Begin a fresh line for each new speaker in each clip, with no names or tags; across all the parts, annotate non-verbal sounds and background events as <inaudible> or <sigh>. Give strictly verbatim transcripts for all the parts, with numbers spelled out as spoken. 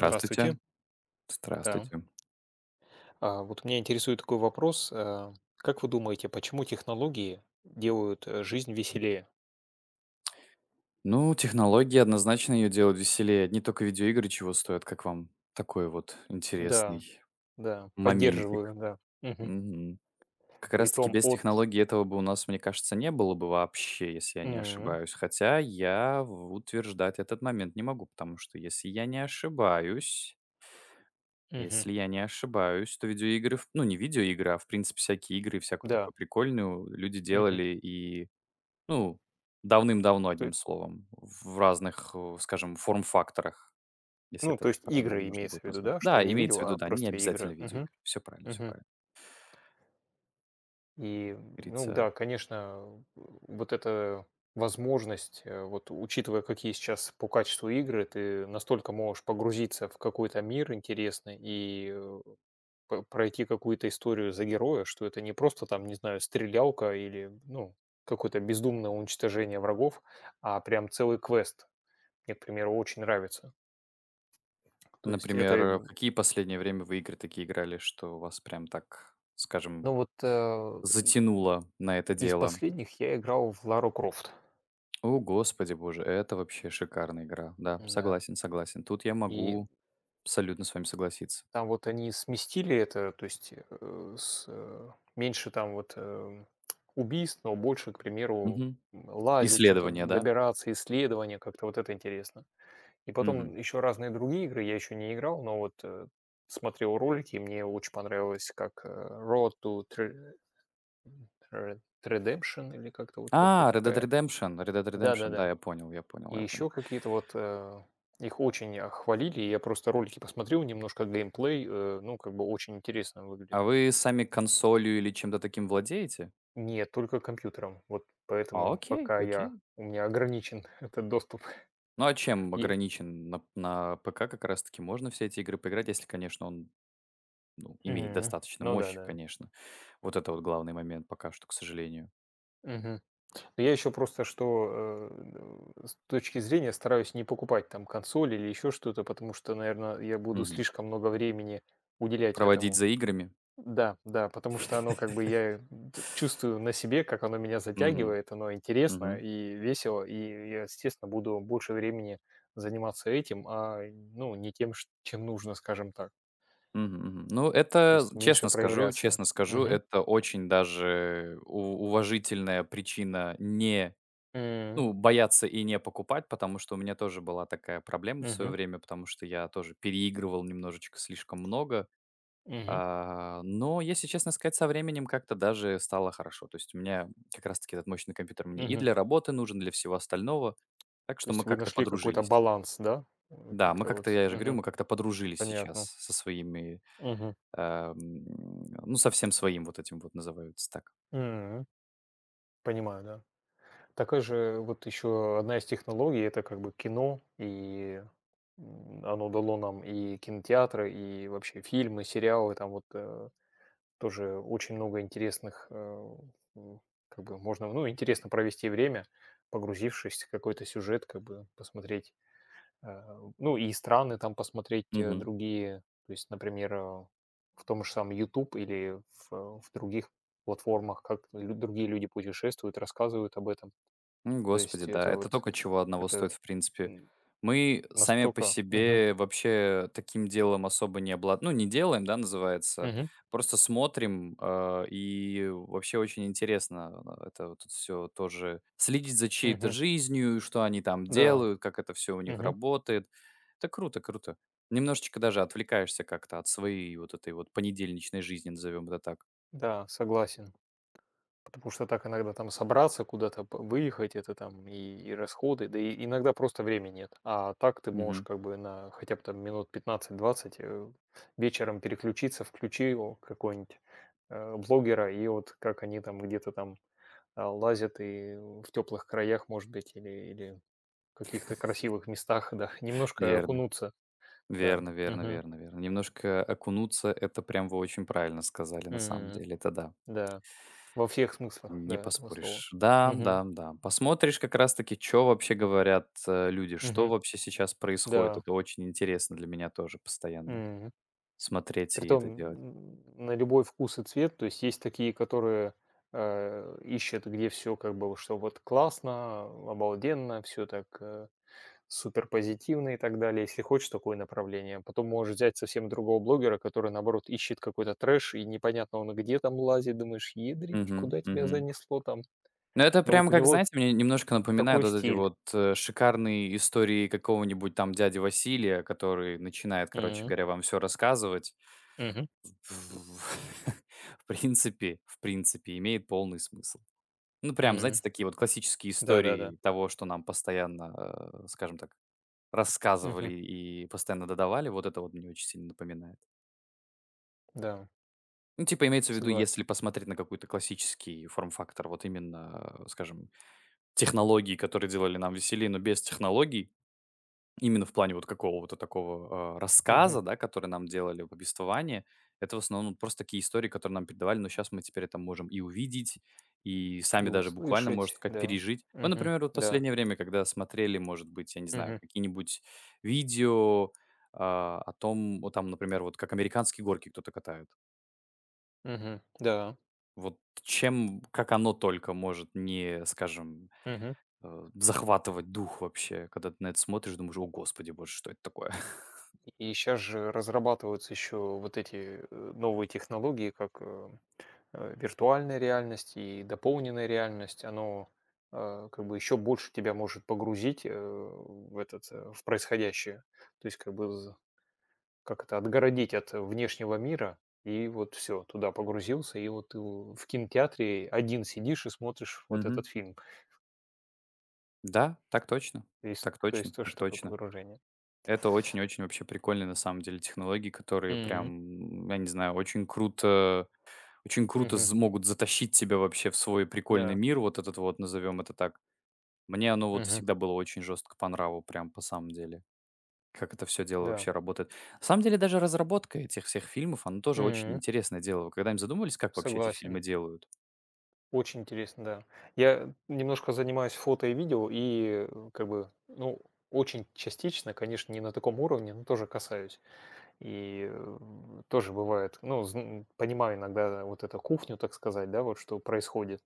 Здравствуйте. Да.
Здравствуйте.
А, вот меня интересует такой вопрос. э, Как вы думаете, почему технологии делают э, жизнь веселее?
Ну, технологии однозначно ее делают веселее. Одни только видеоигры чего стоят, как вам такой вот
Да,
интересный
да,
моментик?
поддерживаю, да. Мгм.
Мгм. Как раз таки
Притом
без
от...
технологий этого бы у нас, мне кажется, не было бы вообще, если я не
М,
ошибаюсь. Хотя я в- утверждать этот момент не могу, потому что если я не ошибаюсь,
мгм.
если я не ошибаюсь, то видеоигры, в- ну не видеоигры, а в принципе всякие игры и всякую
Да.
такую прикольную люди
Мгм.
делали и. Ну, давным-давно,
То
одним
е-
словом, в разных, э, скажем, форм-факторах, если
Ну,
это
то
так
есть
правильно
игры
можно
имеется в
будет
виду,
назвать.
да, что
Да,
не
имеется
видео,
в виду,
а
да, не
просто
обязательно
игры. Мгм.
видеоигры. Все правильно, все
Мгм.
правильно,
И,
как
ну
говорится.
да, конечно, э, вот эта возможность, э, вот учитывая, какие сейчас по качеству игры, ты настолько можешь погрузиться в какой-то мир интересный и э, п- пройти какую-то историю за героя, что это не просто там, не знаю, стрелялка или, ну, какое-то бездумное уничтожение врагов, а прям целый квест. Мне, к примеру, очень нравится. То есть это,
Например, э,
м,
какие последнее время вы игры такие играли, что вас прям так, скажем,
ну вот э,
затянуло на это
из
дело?
последних я играл в Лару Крофт.
О, господи боже, это вообще шикарная игра. Да,
Да.
согласен, согласен. Тут я
И
могу абсолютно с вами согласиться.
там вот они сместили это, то есть, э, с, э, меньше там вот, эм, убийств, но больше, к примеру,
Мгм.
м, лазить, что то
Исследование, да?
добираться, исследования, как-то вот это интересно. И
Мгм.
потом еще разные другие игры, я еще не играл, но вот, э, смотрел ролики, и мне очень понравилось, как, э, Road to Tre Red Redemption или как-то вот как-то
А, Red Dead
такая.
Redemption, Red Dead Redemption, да,
Да-да-да.
я понял, я понял,
И
я понял.
еще какие-то вот, э, их очень, а, хвалили. и Я просто ролики посмотрел немножко, геймплей, э, ну, как бы очень интересно выглядит.
А вы сами консолью или чем-то таким владеете?
Нет, только компьютером. Вот
А,
поэтому
окей,
пока я
окей.
у меня ограничен <laughs> этот доступ.
Ну, а чем
И
ограничен? На, на ПК как раз-таки можно все эти игры поиграть, если, конечно, он ну, имеет
мгм.
достаточно
Ну да,
мощи,
да.
конечно. Вот это вот главный момент пока что, к сожалению.
Мгм. Но я еще просто что, э, ну, с точки зрения стараюсь не покупать там консоль или еще что-то, потому что, наверное, я буду
Мгм.
слишком много времени уделять
Проводить
этому.
за играми.
Да, да, потому что оно как бы я д- чувствую на себе, как оно меня
Мгм.
затягивает, оно интересно
Мгм.
и весело, и я, естественно, буду больше времени заниматься этим, а ну не тем, ш- чем нужно, скажем так.
Мгм. Мгм. Ну,
То
это,
есть
з- честно
меньше
скажу,
проявляться.
честно скажу,
Мгм.
это очень даже у- уважительная причина не.
М,
Ну, бояться и не покупать, потому что у меня тоже была такая проблема в свое
мгм,
время, потому что я тоже переигрывал немножечко слишком много.
мгм,
А, но, если честно сказать, со временем как-то даже стало хорошо. То есть у меня как раз-таки этот мощный компьютер мне и
мгм.
для работы нужен, для всего остального. Так
То
что
есть
мы
вы
как-то
нашли какой-то
подружились.
баланс, да? Э,
Да, мы
Как-то
как-то,
вот.
я же говорю,
Мгм.
мы как-то подружились сейчас
Понятно.
со своими,
Мгм.
э, м, ну, со всем своим вот этим вот называются
М, понимаю, да. Такая же вот еще одна из технологий - это как бы кино, и, м, оно дало нам и кинотеатры, и вообще фильмы, сериалы. Там вот, э, тоже очень много интересных, э, м, как бы можно, ну, интересно провести время, погрузившись в какой-то сюжет, как бы посмотреть, э, ну, и страны там посмотреть, э,
так.
другие. То есть, например, э, в том же самом YouTube или в э, в других платформах, как лю другие люди путешествуют, рассказывают об этом.
М,
То
господи,
есть
да,
это
это
вот
только чего одного
это,
стоит, в принципе.
м,
Мы сами по
настолько мгм.
себе вообще таким делом особо не облад, ну, не делаем, да, называется.
Мгм.
Просто смотрим, а, и вообще очень интересно, а, это вот всё тоже следить за чьей-то
Мгм.
жизнью, что они там
Да.
делают, как это все у них
Мгм.
работает. Это круто, круто. Немножечко даже отвлекаешься как-то от своей вот этой вот понедельничной жизни, назовем это так.
Да, согласен. Потому что так иногда там собраться куда-то, п выехать - это там и и расходы, да и иногда просто времени нет. А так ты можешь
Мгм.
как бы на хотя бы там минут пятнадцать-двадцать э, вечером переключиться, включил какого-нибудь, э, блогера, и вот как они там где-то там, а, лазят и в теплых краях, может быть, или или в каких-то красивых местах, да, <laughs> немножко
Верно.
окунуться. Да.
Верно, верно,
Мгм.
верно, верно. Немножко окунуться- это прям вы очень правильно сказали, на самом
М.
деле. Это да,
Да. Во всех смыслах,
не
да, этого слова.
поспоришь. Да,
Мгм.
да, да. Посмотришь как раз таки, что вообще говорят, э, люди, что
Мгм.
вообще сейчас происходит.
Да.
Это очень интересно для меня тоже постоянно
М.
смотреть и это
Притом,
делать.
м, на любой вкус и цвет. То есть есть такие, которые, э, ищут, где все как бы, вот что вот классно, обалденно, все так, э, супер позитивно и так далее, если хочешь такое направление. Потом можешь взять совсем другого блогера, который, наоборот, ищет какой-то трэш, и непонятно он где там лазит. Думаешь: "Едрить,
Мгм,
куда тебя
мгм.
занесло там?"
Ну, это
Но вот
прям
у
как,
него
знаете, мне немножко напоминает
такой
вот эти
стиль.
вот, э, шикарные истории какого-нибудь там дяди Василия, который начинает, короче
М.
говоря, вам все рассказывать.
Мгм.
В <laughs> в принципе в принципе, имеет полный смысл. Ну, прям, знаете,
М.
такие вот классические
Да-да-да.
истории того, что нам постоянно, э, скажем так,
Мгм.
рассказывали и постоянно додавали, вот это вот мне очень сильно напоминает.
Да,
Ну, типа, имеется в виду,
согласен.
если посмотреть на какой-то классический форм-фактор, вот именно, э, скажем, технологии, которые делали нам веселее, но без технологий. Именно в плане вот какого-то такого, а,
Мгм.
рассказа, да, который нам делали в повествовании. Это в основном просто такие истории, которые нам передавали, но сейчас мы теперь это можем и увидеть, и
И
сами даже буквально, можно
услышать,
сказать,
да.
пережить. Ну,
Мгм.
например, вот
Да.
последнее время, когда смотрели, может быть, я не знаю,
Мгм.
какие-нибудь видео, а, о том, вот там, например, вот как американские горки кто-то катает.
Мгм. Да.
Вот чем как оно только может не, скажем,
Мгм.
э, захватывать дух вообще, когда ты на это смотришь, думаешь: "О, господи боже, что это такое?" <laughs>
И сейчас же разрабатываются еще вот эти, э, новые технологии, как, э, э, виртуальная реальность и дополненная реальность. Оно, э, как бы еще больше тебя может погрузить, э, в этот, э, в происходящее. То есть как бы как это, отгородить от внешнего мира, и вот все туда погрузился, и вот ты в в кинотеатре один сидишь и смотришь вот
Мгм.
этот фильм.
Да, так точно.
То есть
Так
то
точно,
есть тоже
так
такое
точно.
погружение.
Это очень-очень вообще прикольные, на самом деле, технологии, которые
М.
прям, я не знаю, очень круто очень круто
Мгм.
з могут затащить тебя вообще в свой прикольный
Да.
мир, вот этот вот, назовем это так. Мне оно вот
Мгм.
всегда было очень жестко по нраву, прям по самом деле, как это все дело
Да.
вообще работает. На самом деле даже разработка этих всех фильмов, оно тоже очень
М.
интересное дело. Вы когда-нибудь задумывались, как вообще эти фильмы
Согласен.
делают?
Очень интересно, да. Я немножко занимаюсь фото и видео, и, э, как бы, ну, очень частично, конечно, не на таком уровне, но тоже касаюсь. И, э, тоже бывает, ну, зн понимаю иногда вот эту кухню, так сказать, да, вот что происходит.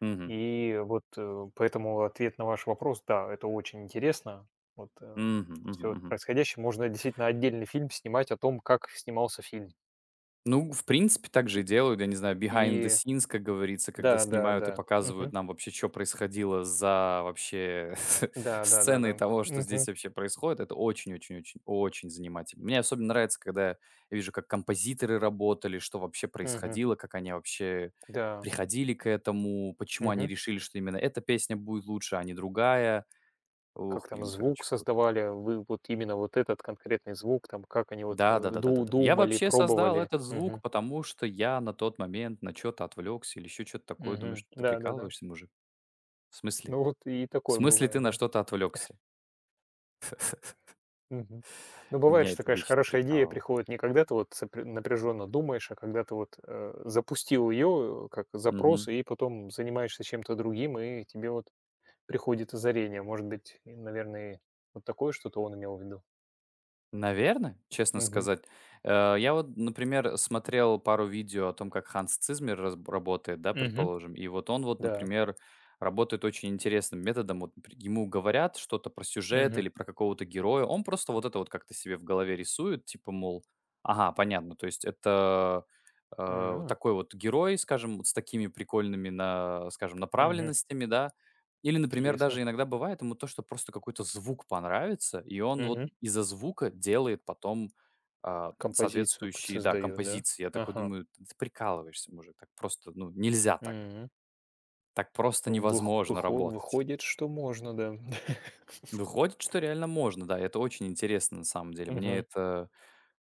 Мгм.
И вот, э, поэтому ответ на ваш вопрос, да, это очень интересно. Вот,
Мгм,
все
мгм.
происходящее. Можно действительно отдельный фильм снимать о том, как снимался фильм.
Ну, в принципе, так же и делают, я не знаю, behind the
И
scenes, как говорится, когда
да, да,
снимают и
да.
показывают
Мгм.
нам вообще, что происходило за вообще <laughs>
Да, да, да,
сценой
да.
того, что здесь
Мгм.
вообще происходит. Это очень-очень-очень-очень занимательно. Мне особенно нравится, когда я вижу, как композиторы работали, что вообще
Мгм.
происходило, как они вообще
Да.
приходили к этому, почему они
Мгм.
решили, что именно эта песня будет лучше, а не другая. Ух,
Как там
блин, короче,
звук
круто.
создавали, вы вот именно вот этот конкретный звук, там как они вот,
Да, да,
э,
да, да, да,
ду
да. Я
думали,
вообще создал
пробовали.
этот звук,
Мгм.
потому что я на тот момент на что то отвлекся или еще что то такое. Думаешь,
Мгм.
ты
Да-да-да.
прикалываешься, мужик? В смысле?
Ну вот и
В
такое
смысле ты
бывает,
на
да.
что-то отвлекся?
Мгм. Ну, бывает,
Меня
что,
это
конечно,
вечно
хорошая идея
прикалывало.
приходит не когда ты вот напряженно думаешь, а когда ты вот э, запустил ее как запрос, и потом занимаешься чем-то другим, и тебе вот приходит озарение. Может быть, и, наверное, вот такое что-то он имел в виду.
Наверное, честно
Мгм.
сказать. Э, я вот, например, смотрел пару видео о том, как Ханс Цизмер разб работает, да,
Мгм.
предположим. И вот он вот,
Да.
например, работает очень интересным методом. Вот пр ему говорят что-то про сюжет
Мгм.
или про какого-то героя. Он просто вот это вот как-то себе в голове рисует, типа, мол, ага, понятно, то есть это, э,
М,
такой вот герой, скажем, вот с такими прикольными на скажем,
мгм.
направленностями, да. Или, например, даже
Интересно.
иногда бывает ему то, что просто какой-то звук понравится, и он вот
Мгм.
из-за звука делает потом, а,
Композицию к-
соответствующие, да,
создает, да?
композиции. Я такой
Ага.
думаю: "Ты ты прикалываешься, мужик, так просто, ну, нельзя так.
М.
Так просто
Ну, вых-
невозможно
выхо-
работать".
выходит, что можно, да. <laughs>
Выходит, что реально можно, да. И это очень интересно на самом деле. Мне
Мгм.
это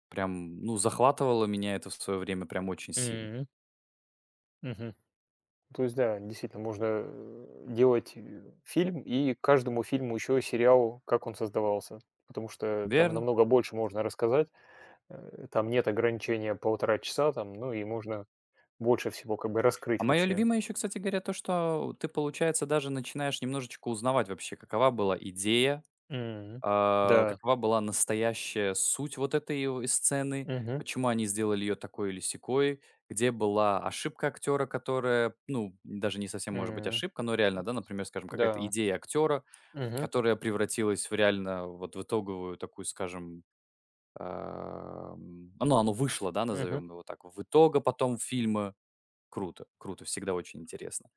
прям, ну, захватывало меня это в свое время прям очень сильно.
М, мгм. То есть, да, действительно, можно э, делать э, фильм и каждому фильму еще сериал, как он создавался. Потому что там
Верно.
намного больше можно рассказать, э, там нет ограничения полтора часа, там, ну и можно больше всего как бы
А
раскрыть
мое
вообще.
любимое еще, кстати говоря, то, что ты, получается, даже начинаешь немножечко узнавать вообще, какова была идея,
М,
а,
да.
какова была настоящая суть вот этой его сцены?
Мгм.
Почему они сделали ее такой или сякой? Где была ошибка актера, которая, ну, даже не совсем может быть
М,
ошибка, но реально, да, например, скажем, какая-то
да.
идея актера,
Мгм.
которая превратилась в реально вот в итоговую такую, скажем, ам, ну, оно вышло, да,
Мгм.
назовем его так, в итога потом фильма. Круто, круто, всегда очень интересно.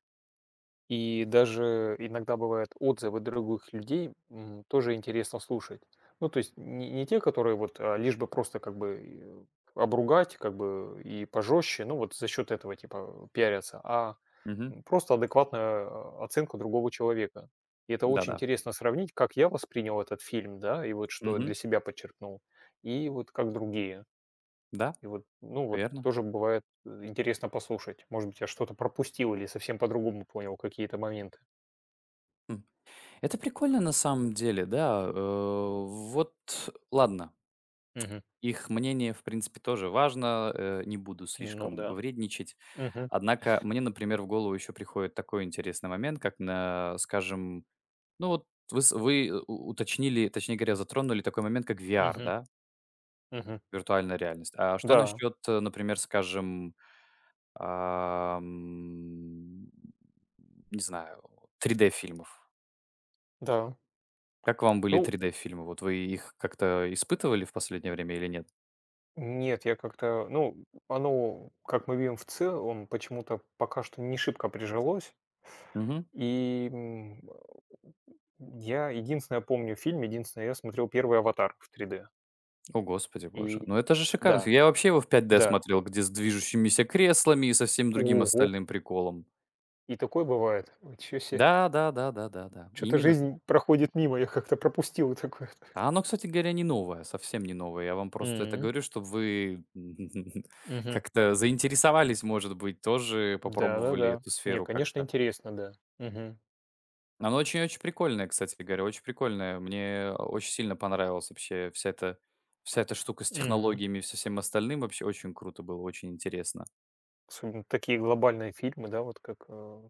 И даже иногда бывают отзывы других людей, м, тоже интересно слушать. Ну, то есть не, не те, которые вот а, лишь бы просто как бы и, э, обругать, как бы и пожестче, ну вот за счет этого типа пиарятся, а
Мгм.
м, просто адекватная э, оценка другого человека. И это очень
Да-да.
интересно сравнить, как я воспринял этот фильм, да, и вот что
Мгм.
для себя подчеркнул, и вот как другие.
Да,
И вот, ну вот
верно.
тоже бывает э, интересно послушать. Может быть, я что-то пропустил или совсем по-другому понял какие-то моменты.
Это прикольно на самом деле, да.
Мгм.
Э, вот ладно,
Мгм.
их мнение, в принципе, тоже важно, э, не буду
Ну
слишком
да.
вредничать.
Мгм.
Однако мне, например, в голову еще приходит такой интересный момент, как, на, скажем, ну вот вы, с- вы э, у- уточнили, точнее говоря, затронули такой момент, как ви ар,
Мгм.
да,
Мгм.
виртуальная реальность. А что
Да,
насчет, э, например, скажем, ам, не знаю, три дэ-фильмов?
да.
Как вам были
Ну,
три дэ-фильмы? Вот вы их как-то испытывали в последнее время или нет?
нет, я как-то, ну, оно, как мы видим в целом, почему-то пока что не шибко прижилось.
Мгм.
И, м, я единственное помню фильм, единственное, я смотрел первый "Аватар" в три дэ.
О, господи боже. Ну,
И
это же шикарно.
да,
Я вообще его в пять дэ
да.
смотрел, где с движущимися креслами и со всем другим
Ого!
остальным приколом.
И такое бывает. Ничего себе?
Да, да, да, да, да, да.
Что то
Именно.
жизнь проходит мимо, я как-то пропустил такое.
А оно, кстати говоря, не новое, совсем не новое. Я вам просто это
М.
говорю, чтобы вы <laughs>
Мгм.
как-то заинтересовались, может быть, тоже попробовали
Да-да-да.
эту
Не,
сферу
конечно,
как-то.
интересно, да. Мгм.
Оно очень-очень прикольное, кстати говоря, очень прикольное. Мне очень сильно понравилась вообще вся эта вся эта штука с
Мгм.
технологиями и со всем остальным. Вообще очень круто было, очень интересно.
Особенно такие глобальные фильмы, да, вот как, э,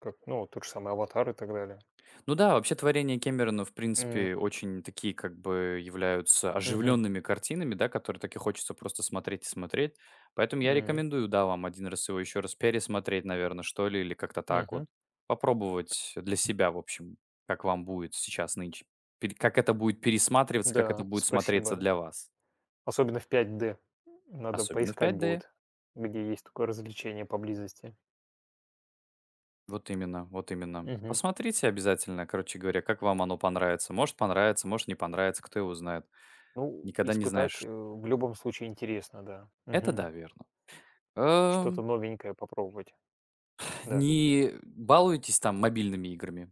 как, ну, вот тот же самый "Аватар" и так далее.
Ну да, вообще творения Кэмерона, в
М.
принципе, очень такие как бы являются
Мгм.
оживленными картинами, да, которые так и хочется просто смотреть и смотреть. Поэтому я
М.
рекомендую, да, вам один раз его еще раз пересмотреть, наверное, что ли, или как-то так вот
Мгм.
попробовать для себя, в общем, как вам будет сейчас нынче. Пере- Как это будет пересматриваться, как это
Да,
будет смотреться
спасибо, да.
для вас.
Особенно в пять дэ. Надо
Особенно в
поискать
пять дэ.
будет, где есть такое развлечение поблизости.
Вот именно, вот именно.
Мгм.
Посмотрите обязательно, короче говоря, как вам оно понравится. Может, понравится, может, не понравится, кто его знает.
Ну,
Никогда не
испытать,
знаешь.
э, в любом случае интересно, да.
Это да,
Мгм.
верно.
Что-то
Эм,
новенькое попробовать.
<laughs>
Да.
не балуйтесь там мобильными играми.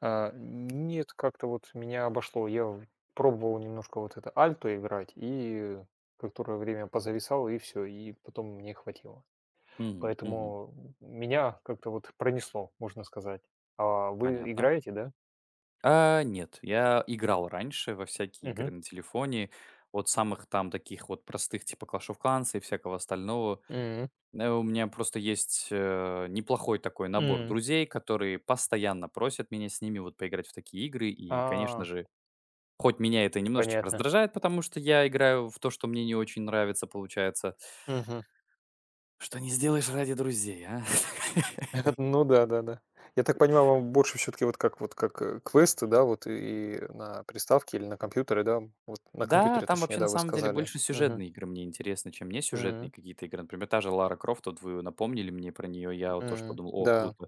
А, нет, как-то вот меня обошло. Я пробовал немножко вот это альто играть, и которое время позависало, и все, и потом мне хватило.
Мгм, мгм.
Поэтому меня как-то вот пронесло, можно сказать. А вы
Понятно.
играете, да?
А, нет, я играл раньше во всякие игры
Мгм.
на телефоне, от самых там таких вот простых, типа Clash of Clans и всякого остального.
М,
Э, у меня просто есть, э, неплохой такой набор
м.
друзей, которые постоянно просят меня с ними вот поиграть в такие игры. И, конечно
А,
же, хоть меня это немножечко
понятно.
раздражает, потому что я играю в то, что мне не очень нравится, получается.
Мгм.
Что не сделаешь ради друзей, а? <laughs>
<laughs> Ну да, да, да. Я так понимаю, вам больше все-таки вот как вот как э, квесты, да, вот и на приставке или на компьютере, да, вот на
Да,
компьютере,
там
точнее,
вообще на
да, вы
самом деле
сказали.
больше
Мгм.
сюжетные игры мне интересны, чем не сюжетные
М.
какие-то игры. Например, та же Лара Крофт, вот вы напомнили мне про нее, я вот тоже
М,
подумал, о,
да.
круто.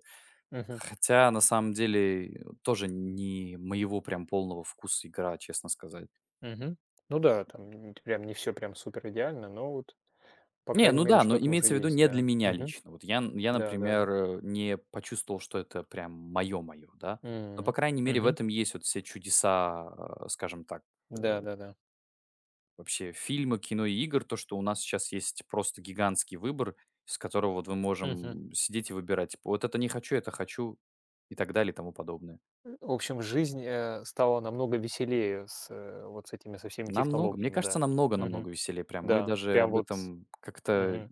Мгм.
Хотя на самом деле э, тоже не моего прям полного вкуса игра, честно сказать.
Мгм. Ну да, там н прям не все прям супер идеально, но вот, по
Не,
крайней
ну
мере,
да, но
что-то уже
имеется в виду
есть,
не для
да.
меня
Мгм.
лично. Вот я, н- я например,
Да-да-да.
э, не почувствовал, что это прям мое-мое, да. Но, по
М.
крайней мере, в
Мгм.
этом есть вот все чудеса, э, скажем так, э,
Да-да-да.
вообще фильма, кино и игр, то, что у нас сейчас есть просто гигантский выбор, с которого вот мы
Мгм.
можем сидеть и выбирать, типа, вот это не хочу, это хочу, и так далее, и тому подобное.
В общем, жизнь, э, стала намного веселее с, э, вот с этими, со всеми
Намного, мне
технологиями,
кажется,
да. Мгм.
намного-намного веселее прям. Мы
Да,
даже
прям
об
вот,
этом как-то,
мгм,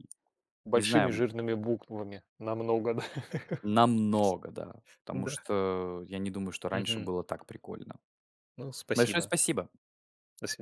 не
большими
знаю,
жирными буквами намного, да. <laughs>
намного, да. Потому
Да.
что я не думаю, что раньше
Мгм.
было так прикольно.
Ну,
Большое
спасибо.
спасибо.
До свидания.